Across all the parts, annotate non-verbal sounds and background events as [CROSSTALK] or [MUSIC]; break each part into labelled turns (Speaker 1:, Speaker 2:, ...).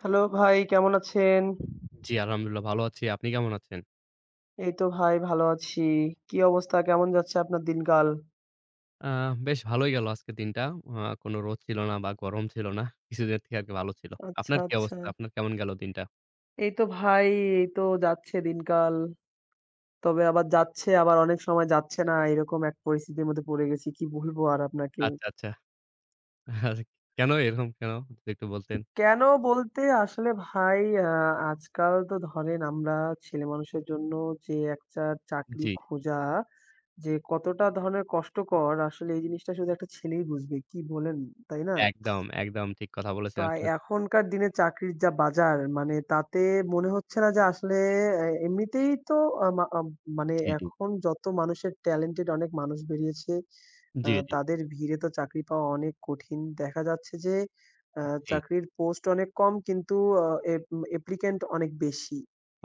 Speaker 1: Hello ভাই, কেমন আছেন?
Speaker 2: জি, আলহামদুলিল্লাহ ভালো আছি। আপনি কেমন আছেন?
Speaker 1: এই তো ভাই ভালো আছি। কি অবস্থা? কেমন যাচ্ছে আপনার দিনকাল?
Speaker 2: আ বেশ ভালোই গেল আজকের দিনটা। কোন রোদ ছিল না বা গরম ছিল না। কিছুদিনের থেকে আরকি ভালো ছিল।
Speaker 1: আচ্ছা,
Speaker 2: আপনার কি
Speaker 1: আচ্ছা।
Speaker 2: অবস্থা? আপনার কেমন গেল দিনটা?
Speaker 1: এই তো ভাই, এই তো যাচ্ছে দিনকাল। তবে আবার যাচ্ছে, আবার অনেক সময় যাচ্ছে না। এরকম এক পরিস্থিতির মধ্যে পড়ে গেছি। কি বলবো আর আপনাকে।
Speaker 2: আচ্ছা, আচ্ছা। [LAUGHS] আর কেন এরকম কেন? যদি একটু বলতেন।
Speaker 1: কেন বলতে আসলে ভাই আ আজকাল তো ধরেন আমরা ছেলেমানুষের জন্য যে একটা চাকরি
Speaker 2: জি,
Speaker 1: খোঁজা, যে কতটা ধরনের কষ্টকর আসলে এই জিনিসটা শুধু একটা ছেলেই বুঝবে। কি বলেন, তাই না?
Speaker 2: একদম, একদম ঠিক কথা বলেছেন।
Speaker 1: তা
Speaker 2: আসলে
Speaker 1: এখনকার দিনে চাকরির যা বাজার মানে তাতে মনে হচ্ছে না যে আসলে এ এমনিতেই তো আ মা আম মানে
Speaker 2: জি, জি।
Speaker 1: এখন যত মানুষের talented অনেক মানুষ বেরিয়েছে।
Speaker 2: জি, জি,
Speaker 1: তাদের ভিড়ে তো চাকরি পাওয়া অনেক কঠিন। দেখা যাচ্ছে যে আ
Speaker 2: জি।
Speaker 1: চাকরির পোস্ট অনেক কম কিন্তু আ এপ applicant অনেক বেশি।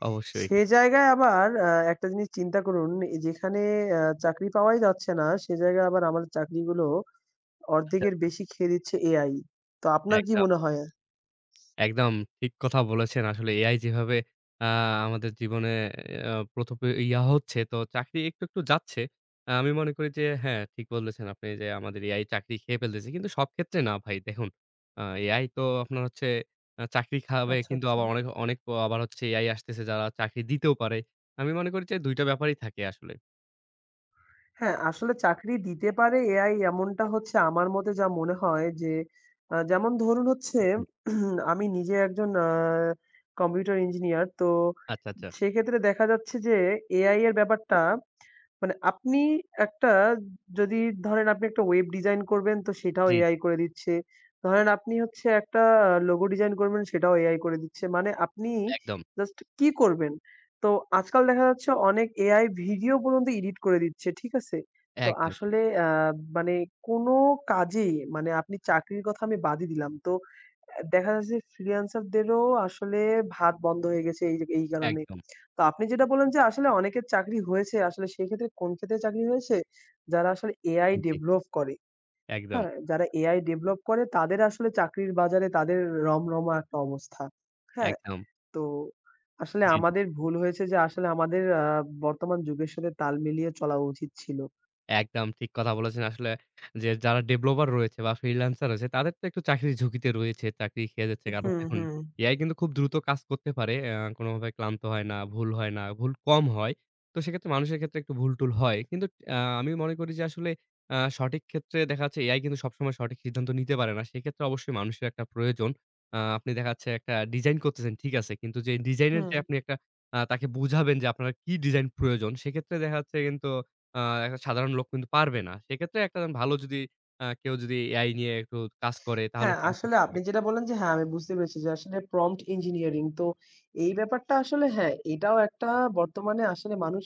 Speaker 2: অবশ্যই।
Speaker 1: সে জায়গায় আবার একটা জিনিস চিন্তা করুন এ যেখানে চাকরি পাওয়াই যাচ্ছে না, সে জায়গায় আবার আমাদের চাকরিগুলো
Speaker 2: আচ্ছা,
Speaker 1: অর্ধেকের
Speaker 2: আচ্ছা।
Speaker 1: বেশি খেয়ে দিচ্ছে AI। তো আপনার কি
Speaker 2: একদম।
Speaker 1: মনে হয়?
Speaker 2: একদম ঠিক কথা বলেছেন। আসলে এআই যেভাবে আ আমাদের জীবনে প্রথপে ইয়া হচ্ছে, তো চাকরি একটু, একটু যাচ্ছে। আমি মনে করি যে হ্যাঁ, ঠিক বলেছেন আপনি যে আমাদের এআই চাকরি খেয়ে ফেলতেছে। কিন্তু সব ক্ষেত্রে না ভাই দেখুন, এআই তো আপনার হচ্ছে চাকরি খাওয়াবে
Speaker 1: আচ্ছা,
Speaker 2: কিন্তু
Speaker 1: আচ্ছা।
Speaker 2: আবার অনেক, অনেক আবার হচ্ছে এআই আসতেছে যারা চাকরি দিতেও পারে। আমি মনে করি যে ২ টা ব্যাপারই থাকে আসলে।
Speaker 1: হ্যাঁ, আসলে চাকরি দিতে পারে এআই এমনটা হচ্ছে আমার মতে যা মনে হয় যে, যেমন ধরুন হচ্ছে
Speaker 2: হুম।
Speaker 1: [CLEARS THROAT] আমি নিজে একজন কম্পিউটার ইঞ্জিনিয়ার। তো
Speaker 2: আচ্ছা, আচ্ছা।
Speaker 1: সেক্ষেত্রে দেখা যাচ্ছে যে এআই এর ব্যাপারটা মানে আপনি একটা যদি ধরেন আপনি একটা ওয়েব ডিজাইন করবেন তো সেটাও
Speaker 2: জি,
Speaker 1: এআই
Speaker 2: জি।
Speaker 1: করে দিচ্ছে। ধরেন আপনি হচ্ছে একটা লোগো ডিজাইন করবেন সেটাও এআই করে দিচ্ছে। মানে আপনি
Speaker 2: একদম,
Speaker 1: জাস্ট কি করবেন? তো আজকাল দেখা যাচ্ছে অনেক এআই ভিডিও পর্যন্ত এডিট করে দিচ্ছে। ঠিক আছে? তো
Speaker 2: একদম,
Speaker 1: আসলে আ মানে কোনো কাজেই মানে আপনি চাকরির কথা আমি বাদই দিলাম। তো দেখা যাচ্ছে যে ফ্রিল্যান্সারদেরও আসলে ভাত বন্ধ হয়ে গেছে এই যে এই কারণে।
Speaker 2: একদম।
Speaker 1: তো আপনি যেটা বললেন যে আসলে অনেকের চাকরি হয়েছে। আসলে সেক্ষেত্রে কোন ক্ষেত্রে চাকরি হয়েছে? যারা আসলে এআই
Speaker 2: জি, জি।
Speaker 1: ডেভেলপ করে,
Speaker 2: একদম,
Speaker 1: হ্যাঁ? যারা এআই ডেভেলপ করে তাদের আসলে চাকরির বাজারে তাদের রমরমা একটা অবস্থা। হ্যাঁ?
Speaker 2: একদম।
Speaker 1: তো আসলে
Speaker 2: জি, জি।
Speaker 1: আমাদের ভুল হয়েছে যে আসলে আমাদের বর্তমান যুগের সাথে তাল মিলিয়ে চলা উচিত ছিল।
Speaker 2: একদম ঠিক কথা বলেছেন আসলে যে যারা ডেভেলপার রয়েছে বা ফ্রিল্যান্সার রয়েছে তাদের তো একটু চাকরির ঝুঁকিতে রয়েছে। চাকরি খেয়ে যাচ্ছে। কারণ
Speaker 1: হুম,
Speaker 2: এখন
Speaker 1: হুম,
Speaker 2: এআই কিন্তু খুব দ্রুত কাজ করতে পারে। কোনোভাবে ক্লান্ত হয় না, ভুল হয় না, ভুল কম হয়। তো সেক্ষেত্রে মানুষের ক্ষেত্রে একটু ভুল-টুল হয়। কিন্তু আমি মনে করি যে আসলে সঠিক ক্ষেত্রে দেখা যাচ্ছে এআই কিন্তু সবসময় সঠিক সিদ্ধান্ত নিতে পারে না। সেক্ষেত্রে অবশ্যই মানুষের একটা প্রয়োজন। আপনি দেখা যাচ্ছে একটা ডিজাইন করতেছেন ঠিক আছে। কিন্তু যে ডিজাইনের যে
Speaker 1: হুম।
Speaker 2: আপনি একটা তাকে বুঝাবেন যে আপনার কি ডিজাইন প্রয়োজন সেক্ষেত্রে দেখা যাচ্ছে কিন্তু আ একটা সাধারণ লোক কিন্তু পারবে না। সেক্ষেত্রে একটা ভালো যদি কেউ যদি AI নিয়ে একটু কাজ করে তাহলে
Speaker 1: হ্যাঁ,
Speaker 2: সেক্ষেত্রে
Speaker 1: আসলে
Speaker 2: পারবে।
Speaker 1: আপনি যেটা বললেন যে হ্যাঁ, আমি বুঝতে পেরেছি যে আসলে prompt engineering তো এই ব্যাপারটা আসলে হ্যাঁ, এটাও একটা বর্তমানে আসলে মানুষ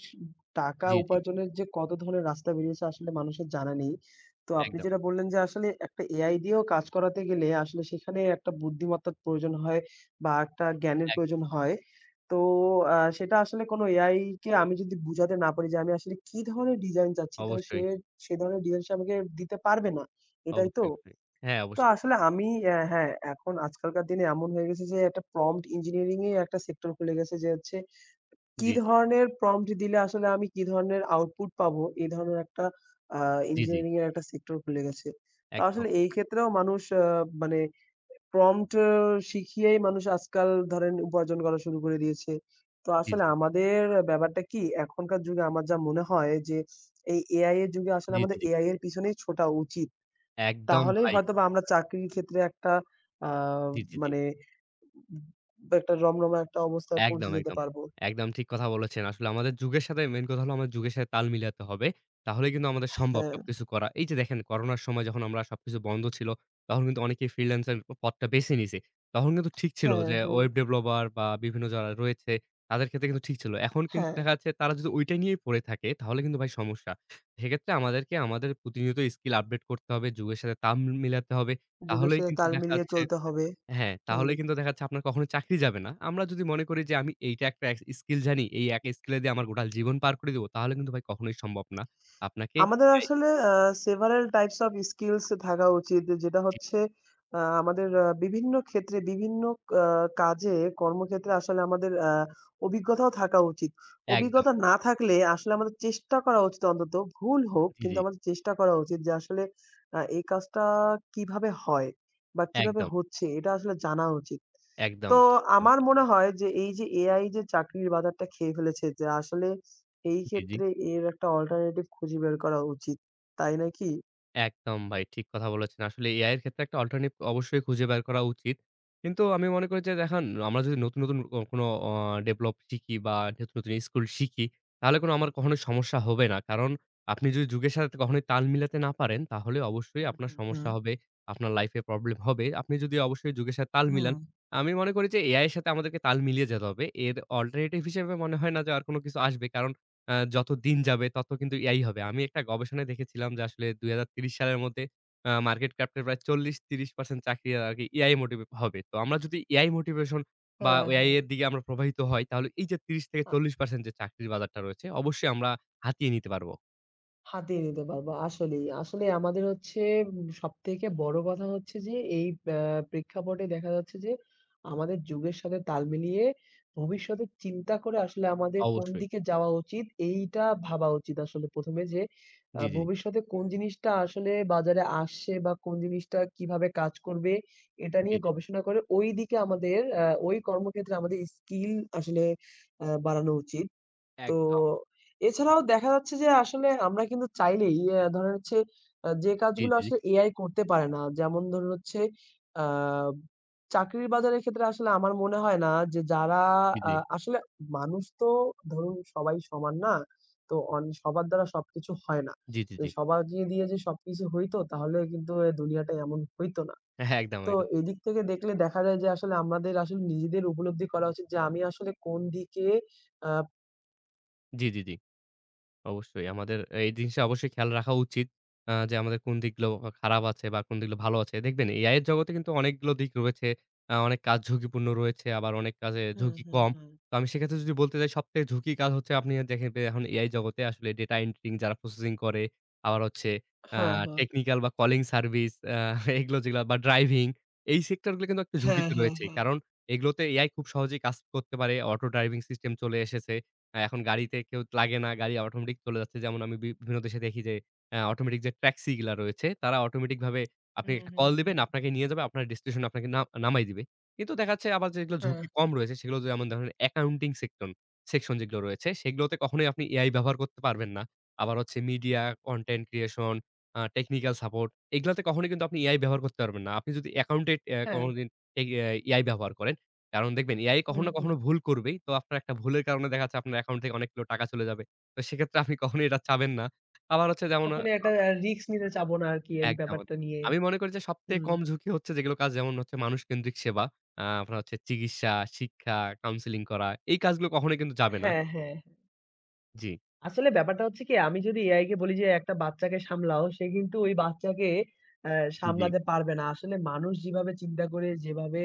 Speaker 1: টাকা
Speaker 2: জি, জি।
Speaker 1: উপার্জনের যে কত ধরনের রাস্তা বেরিয়েছে আসলে মানুষের জানা নেই। তো আপনি
Speaker 2: একদম,
Speaker 1: যেটা বললেন যে আসলে একটা AI দিয়েও কাজ করাতে গেলে আসলে সেখানে একটা বুদ্ধিমত্তার প্রয়োজন হয় বা একটা জ্ঞানের
Speaker 2: একদম।
Speaker 1: প্রয়োজন হয়। তো সেটা আসলে কোনো AI কে আমি যদি বুঝাতে না পারি যে আমি আসলে কি ধরনের ডিজাইন চাচ্ছি তো সে
Speaker 2: অবশ্যই,
Speaker 1: সে ধরনের ডিজাইন সে আমাকে দিতে পারবে না। এটাই তো?
Speaker 2: অবশ্যই, অবশ্যই। হ্যাঁ,
Speaker 1: তো
Speaker 2: অবশ্যই।
Speaker 1: আসলে আমি হ্যাঁ, এখন আজকালকার দিনে এমন হয়ে গেছে যে একটা প্রম্পট ইঞ্জিনিয়ারিং এ একটা সেক্টর খুলে গেছে যে হচ্ছে কি
Speaker 2: জি, জি,
Speaker 1: ধরনের প্রম্পট দিলে আসলে আমি কি ধরনের আউটপুট পাবো, এ ধরনের একটা আ
Speaker 2: জি, জি।
Speaker 1: ইঞ্জিনিয়ারিং এর একটা সেক্টর খুলে গেছে। তো
Speaker 2: একদম।
Speaker 1: আসলে এই ক্ষেত্রেও মানুষ মানে প্রম্পট শিখিয়েই মানুষ আজকাল ধরেন উপার্জন করা শুরু করে দিয়েছে। তো
Speaker 2: জি,
Speaker 1: আসলে
Speaker 2: জি,
Speaker 1: আমাদের ব্যাপারটা কি এখনকার যুগে আমার যা মনে হয় যে এই এআই এর যুগে আসলে
Speaker 2: জি, জি,
Speaker 1: আমাদের
Speaker 2: জি।
Speaker 1: এআই এর পিছনেই ছোটা উচিত।
Speaker 2: একদম
Speaker 1: তাহলেই
Speaker 2: ভাই।
Speaker 1: হয়তোবা আমরা চাকরির ক্ষেত্রে একটা আ
Speaker 2: জি, জি, জি।
Speaker 1: মানে একটা রমরমা একটা অবস্থায় পৌঁছে
Speaker 2: একদম,
Speaker 1: যেতে
Speaker 2: একদম।
Speaker 1: পারবো।
Speaker 2: একদম ঠিক কথা বলেছেন। আসলে আমাদের যুগের সাথে মেইন কথা হলো আমাদের যুগের সাথে তাল মিলাতে হবে। তাহলে কিন্তু আমাদের সম্ভব
Speaker 1: হ্যাঁ,
Speaker 2: সবকিছু করা। এই যে দেখেন করোনার সময় যখন আমরা সবকিছু বন্ধ ছিল, তখন কিন্তু অনেকেই ফ্রিল্যান্সার পথটা বেছে নিছে। তখন কিন্তু ঠিক ছিল
Speaker 1: হ্যাঁ,
Speaker 2: যে
Speaker 1: হ্যাঁ,
Speaker 2: ওয়েব ডেভেলপার বা বিভিন্ন যারা রয়েছে তাদের ক্ষেত্রে কিন্তু ঠিক ছিল। এখন কিন্তু
Speaker 1: হ্যাঁ,
Speaker 2: দেখা যাচ্ছে তারা যদি ওইটা নিয়েই পড়ে থাকে তাহলে কিন্তু ভাই সমস্যা। সেক্ষেত্রে আমাদেরকে আমাদের প্রতিনিয়ত স্কিল আপডেট করতে হবে, যুগের সাথে তাল মিলাতে হবে।
Speaker 1: যুগের
Speaker 2: তাহলেই
Speaker 1: সাথে
Speaker 2: কিন্তু
Speaker 1: তাল
Speaker 2: দেখা
Speaker 1: মিলিয়ে
Speaker 2: যাচ্ছে
Speaker 1: চলতে হবে।
Speaker 2: হ্যাঁ,
Speaker 1: হুম।
Speaker 2: তাহলে কিন্তু দেখা যাচ্ছে আপনার কখনো চাকরি যাবে না। আমরা যদি মনে করি যে আমি এইটা একটা স্কিল জানি, এই এক স্কিলে দিয়ে আমার গোটা জীবন পার করে দিবো, তাহলে কিন্তু ভাই কখনোই সম্ভব না। আপনাকে
Speaker 1: আমাদের
Speaker 2: এআই
Speaker 1: আসলে several types of skills থাকা উচিত। যেটা
Speaker 2: জি,
Speaker 1: হচ্ছে আমাদের বিভিন্ন ক্ষেত্রে বিভিন্ন আ কাজে কর্মক্ষেত্রে আসলে আমাদের অভিজ্ঞতাও থাকা উচিত।
Speaker 2: একদম।
Speaker 1: অভিজ্ঞতা না থাকলে আসলে আমাদের চেষ্টা করা উচিত অন্তত ভুল হোক
Speaker 2: জি, জি।
Speaker 1: কিন্তু আমাদের চেষ্টা করা উচিত যে আসলে এই কাজটা কিভাবে হয় বা কিভাবে
Speaker 2: একদম,
Speaker 1: হচ্ছে এটা আসলে জানা উচিত।
Speaker 2: একদম
Speaker 1: তো
Speaker 2: ঠিক কথা
Speaker 1: আমার
Speaker 2: বলেছেন।
Speaker 1: মনে হয় যে এই যে AI যে চাকরির বাজারটা খেয়ে ফেলেছে যে আসলে এই
Speaker 2: জি, জি।
Speaker 1: ক্ষেত্রে এর একটা অল্টারনেটিভ খুঁজে বের করা উচিত। তাই না কি?
Speaker 2: একদম ভাই ঠিক কথা বলেছেন। আসলে এআই এর ক্ষেত্রে একটা অল্টারনেটিভ অবশ্যই খুঁজে বের করা উচিত। কিন্তু আমি মনে করি যে দেখেন আমরা যদি নতুন, নতুন কোনো ডেভেলপ শিখি বা নতুন, নতুন স্কিল শিখি তাহলে কোনো আমার কখনোই সমস্যা হবে না। কারণ আপনি যদি যুগের সাথে কখনোই তাল মিলাতে না পারেন তাহলে অবশ্যই
Speaker 1: হুম,
Speaker 2: আপনার
Speaker 1: হুম, হুম,
Speaker 2: সমস্যা হবে, আপনার লাইফে প্রবলেম হবে। আপনি যদি অবশ্যই যুগের সাথে তাল মিলান,
Speaker 1: হুম।
Speaker 2: আমি মনে করি যে এআই এর সাথে আমাদেরকে তাল মিলিয়ে যেতে হবে। এর অল্টারনেটিভ হিসেবে মনে হয় না যে আর কোনো কিছু আসবে। কারণ যত দিন যাবে তত কিন্তু AI হবে। আমি একটা গবেষণায় দেখেছিলাম যে আসলে ২০৩০ সালের মধ্যে মার্কেট ক্যাপের প্রায় ৪০-৩০% চাকরি আরকি AI মোটিভে হবে। তো আমরা যদি AI মোটিভেশন বা
Speaker 1: হ্যাঁ,
Speaker 2: AI
Speaker 1: হ্যাঁ।
Speaker 2: এর দিকে আমরা প্রবাহিত হই তাহলে এই যে ৩০-৪০% যে চাকরির বাজারটা রয়েছে অবশ্যই আমরা হাতিয়ে নিতে পারব।
Speaker 1: হাতিয়ে নিতে পারবো। আসলেই, আসলে আমাদের হচ্ছে উম সবথেকে বড় কথা হচ্ছে যে এই আ প্রেক্ষাপটে দেখা যাচ্ছে যে আমাদের যুগের সাথে তাল মিলিয়ে ভবিষ্যতে চিন্তা করে আসলে আমাদের কোন
Speaker 2: অবশ্যই।
Speaker 1: দিকে যাওয়া উচিত এইটা ভাবা উচিত আসলে ১ম এ যে
Speaker 2: জি, জি,
Speaker 1: ভবিষ্যতে কোন জিনিসটা আসলে বাজারে আসছে বা কোন জিনিসটা কিভাবে কাজ করবে এটা
Speaker 2: জি,
Speaker 1: নিয়ে
Speaker 2: জি, জি।
Speaker 1: গবেষণা করে ওইদিকে আমাদের ওই কর্মক্ষেত্রে আমাদের স্কিল আসলে বাড়ানো উচিত। তো
Speaker 2: একদম।
Speaker 1: এছাড়াও দেখা যাচ্ছে যে আসলে আমরা কিন্তু চাইলেই ধরেন হচ্ছে যে
Speaker 2: জি,
Speaker 1: কাজগুলো
Speaker 2: জি,
Speaker 1: আসলে এআই করতে পারে না। যেমন ধরুন হচ্ছে আ চাকরির বাজারের ক্ষেত্রে আসলে আমার মনে হয় না যে যারা
Speaker 2: জি, জি, জি,
Speaker 1: আসলে মানুষ তো ধরুন সবাই সমান না। তো অন সবার দ্বারা সবকিছু হয় না।
Speaker 2: জি, জি।
Speaker 1: তো
Speaker 2: জি।
Speaker 1: সবাইকে দিয়ে যে সবকিছু হইতো তাহলে কিন্তু এ দুনিয়াটা এমন হইতো না।
Speaker 2: হ্যাঁ, একদম,
Speaker 1: তো
Speaker 2: একদম।
Speaker 1: এদিক থেকে দেখলে দেখা যায় যে আসলে আমাদের আসলে নিজেদের উপলব্ধি করা উচিত যে আমি আসলে কোন দিকে আ
Speaker 2: জি, জি, জি। অবশ্যই। আমাদের এই জিনিসটা অবশ্যই খেয়াল রাখা উচিত। যে আমাদের কোন দিকগুলো খারাপ আছে বা কোন দিকগুলো ভালো আছে। দেখবেন AI এর জগতে কিন্তু অনেকগুলো দিক রয়েছে। অনেক কাজ ঝুঁকিপূর্ণ রয়েছে, আবার অনেক কাজে
Speaker 1: হুম,
Speaker 2: ঝুঁকি
Speaker 1: হুম,
Speaker 2: কম।
Speaker 1: হুম।
Speaker 2: তো আমি সেক্ষেত্রে যদি বলতে যাই সবথেকে ঝুঁকি কাজ হচ্ছে আপনি দেখেন যে এখন AI জগতে আসলে ডেটা এন্ট্রিং যারা প্রসেসিং করে, আবার হচ্ছে আ
Speaker 1: হ্যাঁ, হ্যাঁ।
Speaker 2: টেকনিক্যাল বা কলিং সার্ভিস এগুলো যেগুলা বা ড্রাইভিং এই সেক্টর গুলো কিন্তু একটা
Speaker 1: হ্যাঁ,
Speaker 2: ঝুঁকিতে
Speaker 1: হ্যাঁ,
Speaker 2: রয়েছে।
Speaker 1: হ্যাঁ।
Speaker 2: কারণ এগুলোতে AI খুব সহজেই কাজ করতে পারে। অটো ড্রাইভিং সিস্টেম চলে এসেছে। হ্যাঁ, এখন গাড়িতে কেউ লাগে না। গাড়ি অটোমেটিক চলে যাচ্ছে। যেমন আমি বিভিন্ন দেশে দেখি যে অটোমেটিক যে ট্যাক্সি গুলা রয়েছে তারা অটোমেটিক ভাবে আপনি
Speaker 1: হুম,
Speaker 2: একটা
Speaker 1: হুম,
Speaker 2: কল দিবেন,
Speaker 1: হুম।
Speaker 2: আপনাকে নিয়ে যাবে, আপনার ডেস্টিনেশন আপনাকে না নামায় দিবে। কিন্তু দেখা যাচ্ছে আবার যেগুলো
Speaker 1: হ্যাঁ।
Speaker 2: ঝুঁকি কম রয়েছে সেগুলো যেমন ধরেন অ্যাকাউন্টিং সেকশন যেগুলো রয়েছে সেগুলোতে কখনোই আপনি এআই ব্যবহার করতে পারবেন না। আবার হচ্ছে media, content creation, technical support এগুলাতে কখনোই কিন্তু আপনি এআই ব্যবহার করতে পারবেন না। আপনি যদি অ্যাকাউন্টেন্ট
Speaker 1: হ্যাঁ,
Speaker 2: কোনদিন এ এআই ব্যবহার করেন কারণ দেখবেন এআই কখনো
Speaker 1: হুম,
Speaker 2: না
Speaker 1: হুম।
Speaker 2: কখনো ভুল করবেই। তো আপনার একটা ভুলের কারণে দেখা যাচ্ছে আপনার অ্যাকাউন্ট থেকে অনেকগুলো টাকা চলে যাবে। তো সেক্ষেত্রে আপনি কখনোই এটা চাবেন না। আবার হচ্ছে যেমন
Speaker 1: কখনোই একটা রিস্ক নিতে চাবো না আরকি এই
Speaker 2: একদম না।
Speaker 1: ব্যাপারটা নিয়ে।
Speaker 2: আমি মনে করি যে সবথেকে
Speaker 1: হুম।
Speaker 2: কম ঝুঁকি হচ্ছে যেগুলো কাজ যেমন হচ্ছে মানুষকেন্দ্রিক সেবা। আপনার হচ্ছে চিকিৎসা, শিক্ষা, কাউন্সেলিং করা এই কাজগুলো কখনোই কিন্তু যাবে না।
Speaker 1: হ্যাঁ, হ্যাঁ।
Speaker 2: জি।
Speaker 1: আসলে ব্যাপারটা হচ্ছে কি আমি যদি এআই কে বলি যে একটা বাচ্চাকে সামলাও সে কিন্তু ওই বাচ্চাকে
Speaker 2: জি, জি।
Speaker 1: সামলাতে পারবে না। আসলে মানুষ যেভাবে চিন্তা করে যেভাবে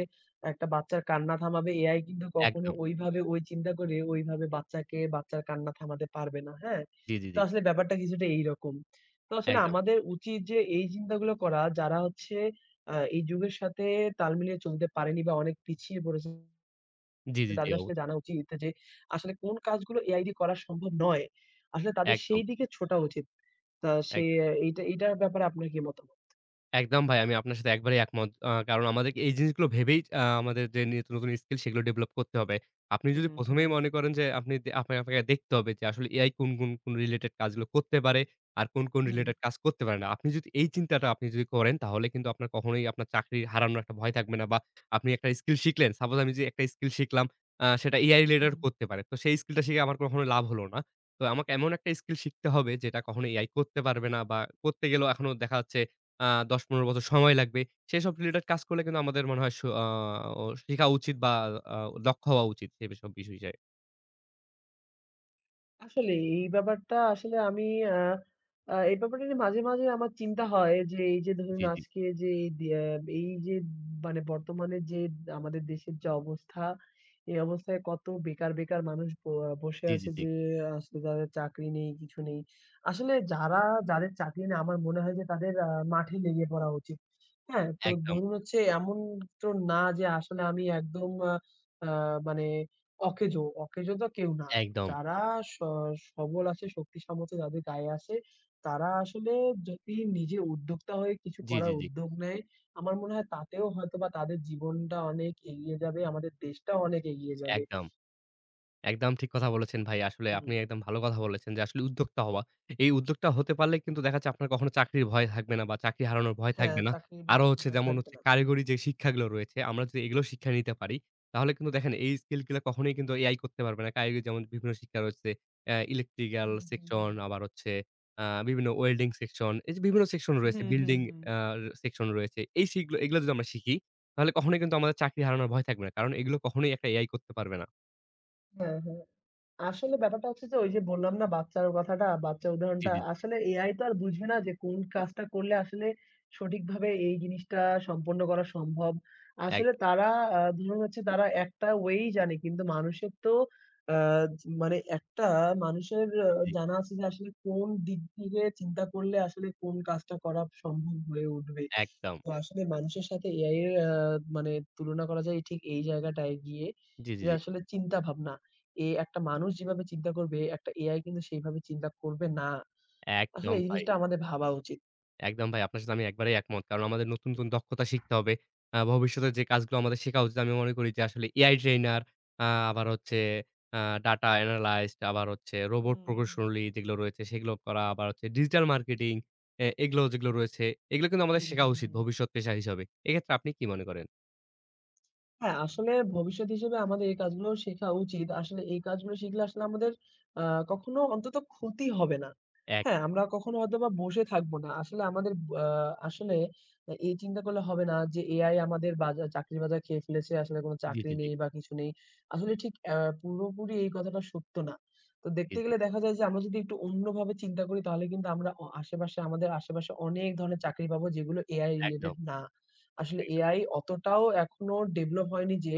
Speaker 1: একটা বাচ্চার কান্না থামাবে এআই কিন্তু কখনো
Speaker 2: একদম।
Speaker 1: ওইভাবে ওই চিন্তা করে ওইভাবে বাচ্চাকে বাচ্চার কান্না থামাতে পারবে না। হ্যাঁ?
Speaker 2: জি, জি,
Speaker 1: তো
Speaker 2: জি।
Speaker 1: আসলে ব্যাপারটা কিছুটা এইরকম। তো আসলে
Speaker 2: একদম।
Speaker 1: আমাদের উচিত যে এই চিন্তাগুলো করা যারা হচ্ছে এই যুগের সাথে তাল মিলিয়ে চলতে পারেনি বা অনেক পিছিয়ে পড়েছে
Speaker 2: জি,
Speaker 1: যে
Speaker 2: জি, জি।
Speaker 1: তাদের আসলে জানা উচিত যে আসলে কোন কাজগুলো এআই দিয়ে করা সম্ভব নয়। আসলে তাদের
Speaker 2: একদম,
Speaker 1: সেই দিকে ছোটা উচিত। তা সে
Speaker 2: একদম।
Speaker 1: এইটা এইটার ব্যাপারে আপনার কি মতামত?
Speaker 2: একদম ভাই আমি আপনার সাথে একবারেই একমত। কারণ আমাদেরকে এই জিনিসগুলো ভেবেই আমাদের যে নিত্য নতুন স্কিল সেগুলো ডেভেলপ করতে হবে। আপনি যদি
Speaker 1: হুম,
Speaker 2: ১ম
Speaker 1: হুম,
Speaker 2: এই মনে করেন যে আপনি আপনি আপনাকে দেখতে হবে যে আসলে এআই কোন, কোন, কোন রিলেটেড কাজগুলো করতে পারে আর কোন, কোন
Speaker 1: হুম,
Speaker 2: রিলেটেড কাজ করতে পারে না। আপনি যদি এই চিন্তাটা আপনি যদি করেন তাহলে কিন্তু আপনার কখনোই আপনার চাকরি হারানোর একটা ভয় থাকবে না বা আপনি একটা স্কিল শিখলেন। সাপোজ আমি যে একটা স্কিল শিখলাম সেটা এআই রিলেটেড
Speaker 1: হুম।
Speaker 2: করতে পারে। তো সেই স্কিলটা শিখে আমার কখনো লাভ হলো না। তো আমাকে এমন একটা স্কিল শিখতে হবে যেটা কখনো এআই করতে পারবে না বা করতে গেলেও এখনো দেখা যাচ্ছে আ ১০-১৫ বছর সময় লাগবে। সেসব রিলেটেড কাজ করলে কিন্তু আমাদের মনে হয় স আ ও শেখা উচিত বা আ দক্ষ হওয়া উচিত সে বিষয় বিষয়ে।
Speaker 1: আসলে এই ব্যাপারটা আসলে আমি আ আ এই ব্যাপারটা নিয়ে মাঝে, মাঝে আমার চিন্তা হয় যে এই যে ধরুন
Speaker 2: জি, জি।
Speaker 1: আজকে যে এই দ্যা এই যে মানে বর্তমানে যে আমাদের দেশের যে অবস্থা, এই অবস্থায় কত বেকার, বেকার মানুষ ব বসে
Speaker 2: জি, জি,
Speaker 1: আছে
Speaker 2: জি।
Speaker 1: যে আসলে যাদের চাকরি নেই, কিছু নেই। আসলে যারা যাদের চাকরি নেই আমার মনে হয় যে তাদের মাঠে লেগে পড়া উচিত। হ্যাঁ? তো
Speaker 2: একদম,
Speaker 1: ধরুন হচ্ছে এমন তো না যে আসলে আমি একদম আ আ মানে অকেজো, অকেজো তো কেউ না।
Speaker 2: একদম।
Speaker 1: যারা স সবল আছে, শক্তি সামর্থ্য যাদের গায়ে আছে, তারা আসলে যদি নিজে উদ্যোক্তা হয়ে কিছু
Speaker 2: জি, জি,
Speaker 1: করার
Speaker 2: জি।
Speaker 1: উদ্যোগ নেয়, আমার মনে হয় তাতেও হয়তোবা তাদের জীবনটা অনেক এগিয়ে যাবে, আমাদের দেশটাও অনেক এগিয়ে যাবে।
Speaker 2: একদম। একদম ঠিক কথা বলেছেন ভাই। আসলে
Speaker 1: হুম,
Speaker 2: আপনি একদম ভালো কথা বলেছেন যে আসলে উদ্যোক্তা হওয়া। এই উদ্যোক্তা হতে পারলে কিন্তু দেখা যাচ্ছে আপনার কখনো চাকরির ভয় থাকবে না বা চাকরি হারানোর ভয়
Speaker 1: হ্যাঁ,
Speaker 2: থাকবে না।
Speaker 1: চাকরির ভয়
Speaker 2: আরো
Speaker 1: একটা
Speaker 2: হচ্ছে
Speaker 1: ভয়
Speaker 2: যেমন
Speaker 1: থাকবে
Speaker 2: হচ্ছে
Speaker 1: না।
Speaker 2: কারিগরি যে শিক্ষাগুলো রয়েছে আমরা যদি এগুলো শিক্ষা নিতে পারি, তাহলে কিন্তু দেখেন এই স্কিল গুলা কখনোই কিন্তু AI করতে পারবে না। কারিগরি যেমন বিভিন্ন শিক্ষা রয়েছে ইলেকট্রিক্যাল
Speaker 1: হুম, হুম,
Speaker 2: সেকশন
Speaker 1: হুম।
Speaker 2: আবার হচ্ছে বিভিন্ন ওয়েল্ডিং সেকশন এই যে বিভিন্ন সেকশন রয়েছে
Speaker 1: হুম, হুম,
Speaker 2: বিল্ডিং
Speaker 1: হুম।
Speaker 2: আ সেকশন রয়েছে। এই শিখগুলো এগুলো যদি আমরা শিখি তাহলে কখনোই কিন্তু আমাদের চাকরি হারানোর ভয় থাকবে না। কারণ এগুলো কখনোই একটা AI করতে পারবে না।
Speaker 1: হ্যাঁ, হ্যাঁ। আসলে ব্যাপারটা হচ্ছে যে ওই যে বললাম না বাচ্চার কথাটা, বাচ্চার
Speaker 2: জি,
Speaker 1: উদাহরণটা।
Speaker 2: জি, জি।
Speaker 1: আসলে AI তো আর বুঝবে না যে কোন কাজটা করলে আসলে সঠিকভাবে এই জিনিসটা সম্পন্ন করা সম্ভব।
Speaker 2: এক
Speaker 1: আসলে তারা ধরুন হচ্ছে তারা একটা ওয়েই জানে। কিন্তু মানুষের তো আ মানে একটা মানুষের
Speaker 2: জি, জি,
Speaker 1: জানা আছে যে আসলে কোন দিক থেকে চিন্তা করলে আসলে কোন কাজটা করা সম্ভব হয়ে উঠবে।
Speaker 2: একদম।
Speaker 1: তো আসলে মানুষের সাথে এআই এর মানে তুলনা করা যায় ঠিক এই জায়গাটায় গিয়ে
Speaker 2: জি, জি,
Speaker 1: যে
Speaker 2: জি।
Speaker 1: আসলে চিন্তা ভাবনা। এ একটা মানুষ যেভাবে চিন্তা করবে, একটা এআই কিন্তু সেইভাবে চিন্তা করবে না। আসলে
Speaker 2: একদম
Speaker 1: এই
Speaker 2: ভাই।
Speaker 1: জিনিসটা আমাদের ভাবা উচিত।
Speaker 2: একদম ভাই আপনার সাথে আমি একবারেই একমত। কারণ আমাদের নতুন, নতুন দক্ষতা শিখতে হবে। ভবিষ্যতে যে কাজগুলো আমাদের শেখা উচিত আমি মনে করি যে আসলে AI ট্রেইনার আ আবার হচ্ছে আ ডাটা অ্যানালাইস্ট আবার হচ্ছে
Speaker 1: হুম,
Speaker 2: রোবট
Speaker 1: হুম।
Speaker 2: প্রকৌশলী যেগুলো রয়েছে সেগুলো করা, আবার হচ্ছে ডিজিটাল মার্কেটিং এগুলো যেগুলো রয়েছে এগুলো কিন্তু আমাদের
Speaker 1: হুম,
Speaker 2: শেখা
Speaker 1: হুম,
Speaker 2: উচিত
Speaker 1: হুম।
Speaker 2: ভবিষ্যৎ পেশা হিসাবে। এক্ষেত্রে আপনি কি মনে করেন?
Speaker 1: হ্যাঁ, আসলে ভবিষ্যৎ হিসেবে আমাদের এই কাজগুলো শেখা উচিত। আসলে এই কাজগুলো শিখলে আসলে আমাদের আ কখনো অন্তত ক্ষতি হবে না।
Speaker 2: এক
Speaker 1: হ্যাঁ, আমরা কখনো হয়তোবা বসে থাকবো না। আসলে আমাদের আ আসলে এই চিন্তা করলে হবে না যে AI আমাদের বাজার চাকরির বাজার খেয়ে ফেলেছে। আসলে কোনো
Speaker 2: জি,
Speaker 1: চাকরি
Speaker 2: জি, জি,
Speaker 1: নেই বা কিছু নেই। আসলে ঠিক পুরোপুরি এই কথাটা সত্য না। তো
Speaker 2: জি,
Speaker 1: দেখতে
Speaker 2: জি।
Speaker 1: গেলে দেখা যায় যে আমরা যদি একটু অন্যভাবে চিন্তা করি তাহলে কিন্তু আমরা অ আশেপাশে আমাদের আশেপাশে অনেক ধরনের চাকরি পাবো যেগুলো AI
Speaker 2: একদম,
Speaker 1: related না। আসলে
Speaker 2: একদম।
Speaker 1: এআই অতটাও এখনো ডেভেলপ হয়নি যে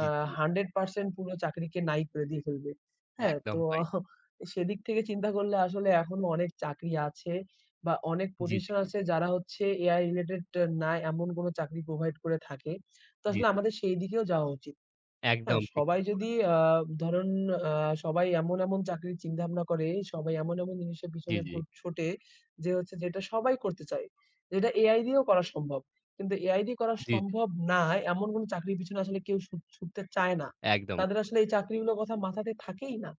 Speaker 1: আ
Speaker 2: জি, জি।
Speaker 1: 100% পুরো চাকরিকে নাই করে দিয়ে ফেলবে। হ্যাঁ?
Speaker 2: একদম
Speaker 1: তো
Speaker 2: ভাই।
Speaker 1: [LAUGHS] সেদিক থেকে চিন্তা করলে আসলে এখনো অনেক চাকরি আছে বা অনেক
Speaker 2: জি, জি,
Speaker 1: প্রতিষ্ঠান আছে যারা হচ্ছে এআই রিলেটেড না এমন কোনো চাকরি প্রোভাইড করে থাকে। তো
Speaker 2: জি,
Speaker 1: আসলে
Speaker 2: জি, জি।
Speaker 1: আমাদের সেই দিকেও যাওয়া উচিত।
Speaker 2: একদম
Speaker 1: হ্যাঁ,
Speaker 2: ঠিক
Speaker 1: সবাই
Speaker 2: কথা
Speaker 1: যদি
Speaker 2: বলেছেন।
Speaker 1: আ ধরুন আ সবাই এমন, এমন চাকরির চিন্তাভাবনা করে, সবাই এমন, এমন জিনিসের
Speaker 2: জি,
Speaker 1: পিছনে
Speaker 2: জি।
Speaker 1: ঘু ছোটে যে হচ্ছে যেটা সবাই করতে চায়। যেটা AI দিয়েও করা সম্ভব। কিন্তু AI দিয়ে করা
Speaker 2: জি, জি।
Speaker 1: সম্ভব না, এমন কোন চাকরির পিছনে আসলে কেউ ছুট ছুটতে চায় না।
Speaker 2: একদম,
Speaker 1: তাদের আসলে এই চাকরিগুলোর কথা মাথাতে থাকেই না।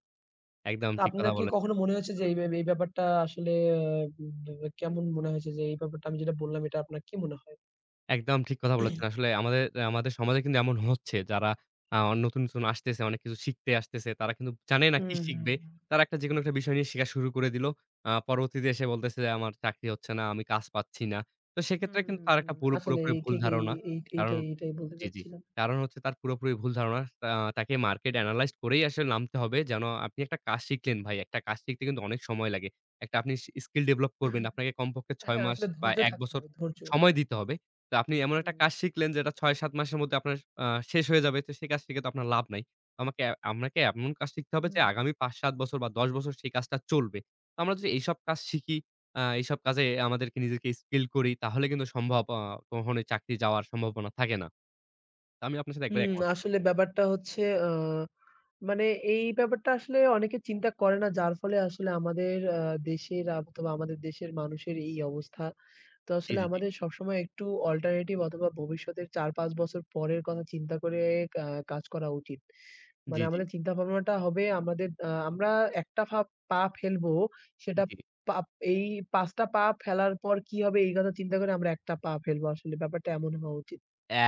Speaker 2: একদম
Speaker 1: তো
Speaker 2: ঠিক
Speaker 1: আপনার
Speaker 2: কথা
Speaker 1: কি
Speaker 2: বলেছেন।
Speaker 1: কখনো মনে হয়েছে যে এই ব্যা এই ব্যাপারটা আসলে আ কেমন মনে হয়েছে যে এই ব্যাপারটা আমি যেটা বললাম এটা আপনার কি মনে হয়?
Speaker 2: একদম ঠিক কথা বলেছেন। আসলে আমাদের আমাদের সমাজে কিন্তু এমন হচ্ছে যারা আ নতুন, নতুন আসতেছে, অনেক কিছু শিখতে আসতেছে। তারা কিন্তু জানে না কি
Speaker 1: হুম, হুম,
Speaker 2: শিখবে।
Speaker 1: হুম,
Speaker 2: তারা একটা যেকোনো একটা বিষয় নিয়ে শিখা শুরু করে দিল। পরবর্তীতে এসে বলতেছে যে, "আমার চাকরি হচ্ছে না, আমি কাজ পাচ্ছি না।" তো
Speaker 1: হুম,
Speaker 2: সেক্ষেত্রে কিন্তু
Speaker 1: হুম,
Speaker 2: তার একটা
Speaker 1: হুম।
Speaker 2: পুরো
Speaker 1: আসলে
Speaker 2: পুরোপুরি
Speaker 1: এই
Speaker 2: ভুল
Speaker 1: ঠিক এই
Speaker 2: ধারণা।
Speaker 1: এই
Speaker 2: কারণ
Speaker 1: এইটাই, এইটাই বলতে
Speaker 2: জি, জি।
Speaker 1: চাচ্ছিলাম।
Speaker 2: কারণ হচ্ছে তার পুরোপুরি ভুল ধারণা। তাকে মার্কেট
Speaker 1: হুম।
Speaker 2: এনালাইজ করেই আসলে নামতে হবে। যেন আপনি একটা কাজ শিখলেন ভাই। একটা কাজ শিখতে কিন্তু অনেক সময় লাগে। একটা আপনি স্কিল ডেভেলপ করবেন। আপনাকে কমপক্ষে ৬
Speaker 1: হ্যাঁ,
Speaker 2: মাস
Speaker 1: আসলে
Speaker 2: বা
Speaker 1: ধৈর্য
Speaker 2: ১
Speaker 1: থাকতে
Speaker 2: বছর
Speaker 1: হবে, ধৈর্য।
Speaker 2: সময় দিতে হবে। তো আপনি এমন একটা
Speaker 1: হুম,
Speaker 2: কাজ শিখলেন যেটা ৬-৭ মাসের মধ্যে আপনার আ শেষ হয়ে যাবে। তো সেই কাজ শিখে তো আপনার লাভ নাই। আমাকে আপনাকে এমন কাজ শিখতে হবে
Speaker 1: হুম,
Speaker 2: যে
Speaker 1: হুম।
Speaker 2: আগামী ৫-৭ বছর বা ১০ বছর সেই কাজটা চলবে। তো আমরা যদি এইসব কাজ শিখি, এইসব কাজে আমাদেরকে নিজেকে স্কিল করি তাহলে কিন্তু সম্ভব কখনোই চাকরি যাওয়ার সম্ভাবনা থাকে না। তো আমি আপনার সাথে একবারে
Speaker 1: হুম,
Speaker 2: একমত।
Speaker 1: আসলে ব্যাপারটা হচ্ছে আ মানে এই ব্যাপারটা আসলে অনেকে চিন্তা করে না যার ফলে আসলে আমাদের দেশের আ- অথবা আমাদের দেশের মানুষের এই অবস্থা। তো
Speaker 2: জি,
Speaker 1: আসলে
Speaker 2: জি, জি।
Speaker 1: আমাদের সবসময় একটু অল্টারনেটিভ অথবা ভবিষ্যতের ৪-৫ বছর পরের কথা চিন্তা করে আ কাজ করা উচিত।
Speaker 2: জি,
Speaker 1: মানে
Speaker 2: জি।
Speaker 1: আমাদের চিন্তাভাবনাটা হবে আমাদের আমরা একটা ফা পা ফেলবো, সেটা
Speaker 2: জি।
Speaker 1: পা এই ৫ টা পা ফেলার পর কি হবে এই কথা চিন্তা করে আমরা একটা পা ফেলবো আসলে ব্যাপারটা এমন হওয়া উচিত।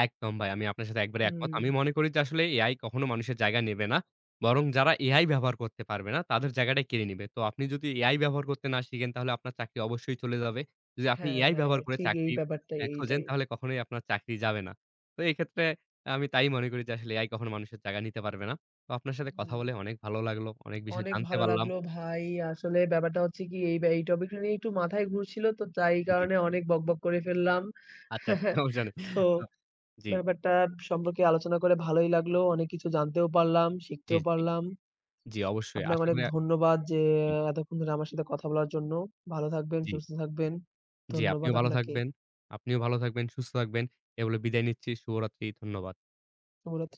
Speaker 2: একদম ভাই। আমি আপনার সাথে একবারে একমত।
Speaker 1: হুম,
Speaker 2: আমি মনে করি যে আসলে এআই কখনো মানুষের জায়গা নেবে না। বরং যারা এআই
Speaker 1: হুম।
Speaker 2: ব্যবহার করতে পারবে না তাদের জায়গাটাই কেড়ে নিবে। তো আপনি যদি এআই ব্যবহার করতে না শিখেন তাহলে আপনার চাকরি অবশ্যই চলে যাবে। যদি আপনি
Speaker 1: হ্যাঁ,
Speaker 2: এআই
Speaker 1: হ্যাঁ,
Speaker 2: ব্যবহার করে
Speaker 1: ঠিক এই
Speaker 2: চাকরি
Speaker 1: ব্যাপারটা
Speaker 2: খোঁজেন
Speaker 1: এইটাই।
Speaker 2: তাহলে কখনোই আপনার চাকরি যাবে না। তো এক্ষেত্রে আমি তাই মনে করি যে আসলে এআই কখনো মানুষের জায়গা নিতে পারবে না। তো আপনার সাথে কথা
Speaker 1: হুম,
Speaker 2: বলে অনেক ভালো লাগলো। অনেক বিষয়
Speaker 1: অনেক
Speaker 2: জানতে
Speaker 1: ভালো
Speaker 2: পারলাম।
Speaker 1: লাগলো ভাই। আসলে ব্যাপারটা হচ্ছে কি এই ব্যা এই টপিকটা নিয়ে একটু মাথায় ঘুরছিল তো তাই
Speaker 2: জি, জি।
Speaker 1: কারণে অনেক বকবক করে ফেললাম।
Speaker 2: আচ্ছা,
Speaker 1: [LAUGHS]
Speaker 2: আচ্ছা সমস্যা নেই।
Speaker 1: তো
Speaker 2: তো জি,
Speaker 1: ব্যাপারটা সম্পর্কে আলোচনা করে ভালোই লাগলো। অনেক কিছু জানতেও পারলাম,
Speaker 2: জি,
Speaker 1: শিখতেও
Speaker 2: জি,
Speaker 1: পারলাম।
Speaker 2: জি অবশ্যই।
Speaker 1: আপনাকে
Speaker 2: আশা
Speaker 1: অনেক
Speaker 2: করি
Speaker 1: ধন্যবাদ যে
Speaker 2: হুম।
Speaker 1: এতক্ষণ ধরে আমার সাথে কথা বলার জন্য। ভালো থাকবেন,
Speaker 2: জি।
Speaker 1: সুস্থ থাকবেন।
Speaker 2: জি, আপনিও
Speaker 1: ধন্যবাদ
Speaker 2: ভালো
Speaker 1: আপনাকে।
Speaker 2: থাকবেন। আপনিও ভালো থাকবেন, সুস্থ থাকবেন। এ বলে বিদায় নিচ্ছি। শুভরাত্রি। ধন্যবাদ।
Speaker 1: শুভরাত্রি।